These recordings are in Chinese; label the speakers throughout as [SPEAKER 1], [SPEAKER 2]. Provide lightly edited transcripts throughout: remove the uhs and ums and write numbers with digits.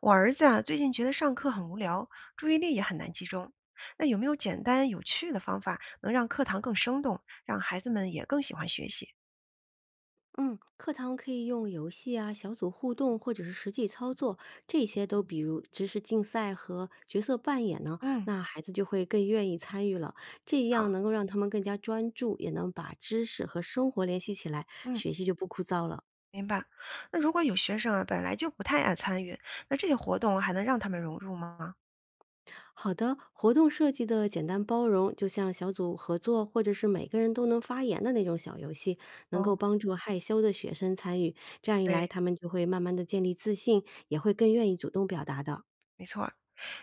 [SPEAKER 1] 我儿子啊，最近觉得上课很无聊，注意力也很难集中。那有没有简单有趣的方法，能让课堂更生动，让孩子们也更喜欢学习？
[SPEAKER 2] 嗯，课堂可以用游戏啊、小组互动或者是实际操作，这些都比如知识竞赛和角色扮演呢，
[SPEAKER 1] 嗯，
[SPEAKER 2] 那孩子就会更愿意参与了。这
[SPEAKER 1] 好，
[SPEAKER 2] 样能够让他们更加专注，也能把知识和生活联系起来，
[SPEAKER 1] 嗯，
[SPEAKER 2] 学习就不枯燥了。
[SPEAKER 1] 明白。那如果有学生啊，本来就不太爱参与，那这些活动还能让他们融入吗？
[SPEAKER 2] 好的，活动设计的简单包容，就像小组合作或者是每个人都能发言的那种小游戏，能
[SPEAKER 1] 哦，
[SPEAKER 2] 够帮助害羞的学生参与。这样一来，
[SPEAKER 1] 对，
[SPEAKER 2] 他们就会慢慢的建立自信，也会更愿意主动表达的。
[SPEAKER 1] 没错。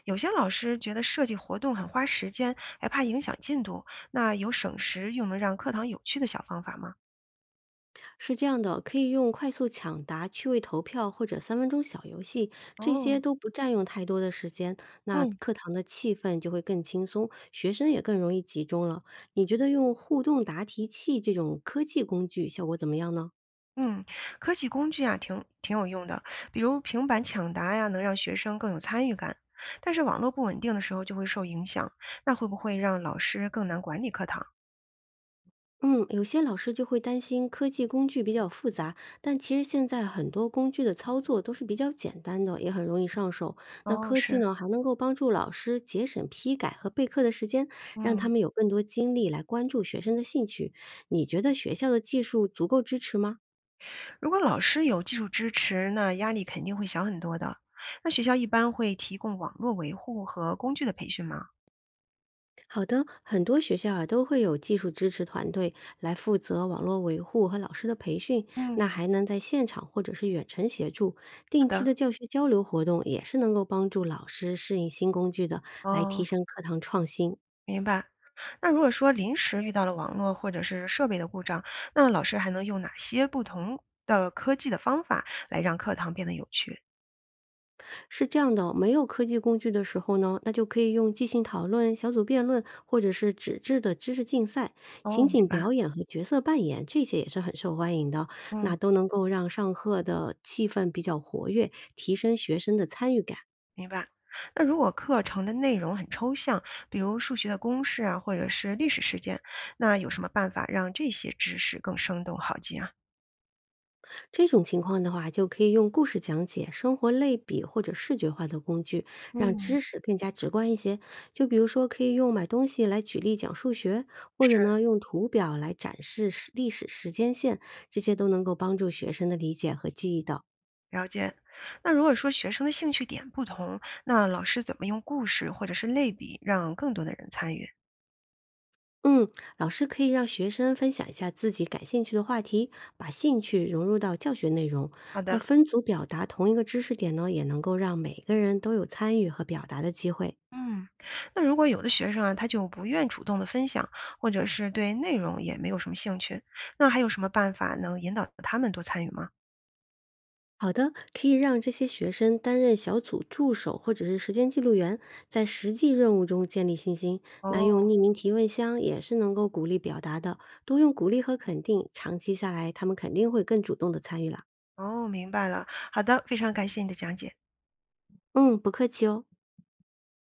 [SPEAKER 1] 有些老师觉得设计活动很花时间，还怕影响进度，那有省时又能让课堂有趣的小方法吗？
[SPEAKER 2] 是这样的，可以用快速抢答、趣味投票或者3分钟小游戏，这些
[SPEAKER 1] 哦，
[SPEAKER 2] 都不占用太多的时间，那
[SPEAKER 1] 嗯。
[SPEAKER 2] 课堂的气氛就会更轻松，学生也更容易集中了。你觉得用互动答题器这种科技工具效果怎么样呢？
[SPEAKER 1] 嗯，科技工具啊，挺有用的，比如平板抢答呀，能让学生更有参与感。但是网络不稳定的时候就会受影响，那会不会让老师更难管理课堂？
[SPEAKER 2] 嗯，有些老师就会担心科技工具比较复杂，但其实现在很多工具的操作都是比较简单的，也很容易上手。那
[SPEAKER 1] 哦，
[SPEAKER 2] 科技
[SPEAKER 1] 是，
[SPEAKER 2] 呢，还能够帮助老师节省批改和备课的时间，让
[SPEAKER 1] 嗯，
[SPEAKER 2] 他们有更多精力来关注学生的兴趣。你觉得学校的技术足够支持吗？
[SPEAKER 1] 如果老师有技术支持，那压力肯定会小很多的。那学校一般会提供网络维护和工具的培训吗？
[SPEAKER 2] 好的，很多学校啊都会有技术支持团队来负责网络维护和老师的培训，那
[SPEAKER 1] 嗯，
[SPEAKER 2] 还能在现场或者是远程协助。
[SPEAKER 1] 好
[SPEAKER 2] 定期
[SPEAKER 1] 的，
[SPEAKER 2] 的教学交流活动也是能够帮助老师适应新工具的，来提
[SPEAKER 1] 哦，
[SPEAKER 2] 升课堂创新。
[SPEAKER 1] 明白。那如果说临时遇到了网络或者是设备的故障，那老师还能用哪些不同的科技的方法来让课堂变得有趣？
[SPEAKER 2] 是这样的哦，没有科技工具的时候呢，那就可以用即兴讨论、小组辩论，或者是纸质的知识竞赛、
[SPEAKER 1] 哦，
[SPEAKER 2] 情
[SPEAKER 1] 明
[SPEAKER 2] 景
[SPEAKER 1] 白，
[SPEAKER 2] 表演和角色扮演，这些也是很受欢迎的。
[SPEAKER 1] 嗯，
[SPEAKER 2] 那都能够让上课的气氛比较活跃，提升学生的参与感。
[SPEAKER 1] 明白。那如果课程的内容很抽象，比如数学的公式啊，或者是历史事件，那有什么办法让这些知识更生动好记啊？
[SPEAKER 2] 这种情况的话，就可以用故事讲解、生活类比或者视觉化的工具，让
[SPEAKER 1] 嗯，
[SPEAKER 2] 知识更加直观一些。就比如说，可以用买东西来举例讲数学，或者
[SPEAKER 1] 是，
[SPEAKER 2] 呢，用图表来展示时历史时间线，这些都能够帮助学生的理解和记忆的。
[SPEAKER 1] 了解。那如果说学生的兴趣点不同，那老师怎么用故事或者是类比让更多的人参与？
[SPEAKER 2] 嗯，老师可以让学生分享一下自己感兴趣的话题，把兴趣融入到教学内容。
[SPEAKER 1] 好
[SPEAKER 2] 那
[SPEAKER 1] 的。
[SPEAKER 2] 分组表达同一个知识点呢，也能够让每个人都有参与和表达的机会。
[SPEAKER 1] 嗯，那如果有的学生啊，他就不愿主动的分享，或者是对内容也没有什么兴趣，那还有什么办法能引导他们多参与吗？
[SPEAKER 2] 好的，可以让这些学生担任小组助手或者是时间记录员，在实际任务中建立信心。那
[SPEAKER 1] 哦
[SPEAKER 2] 用匿名提问箱也是能够鼓励表达的，多用鼓励和肯定，长期下来，他们肯定会更主动的参与了。
[SPEAKER 1] 哦，明白了。好的，非常感谢你的讲解。
[SPEAKER 2] 嗯，不客气哦。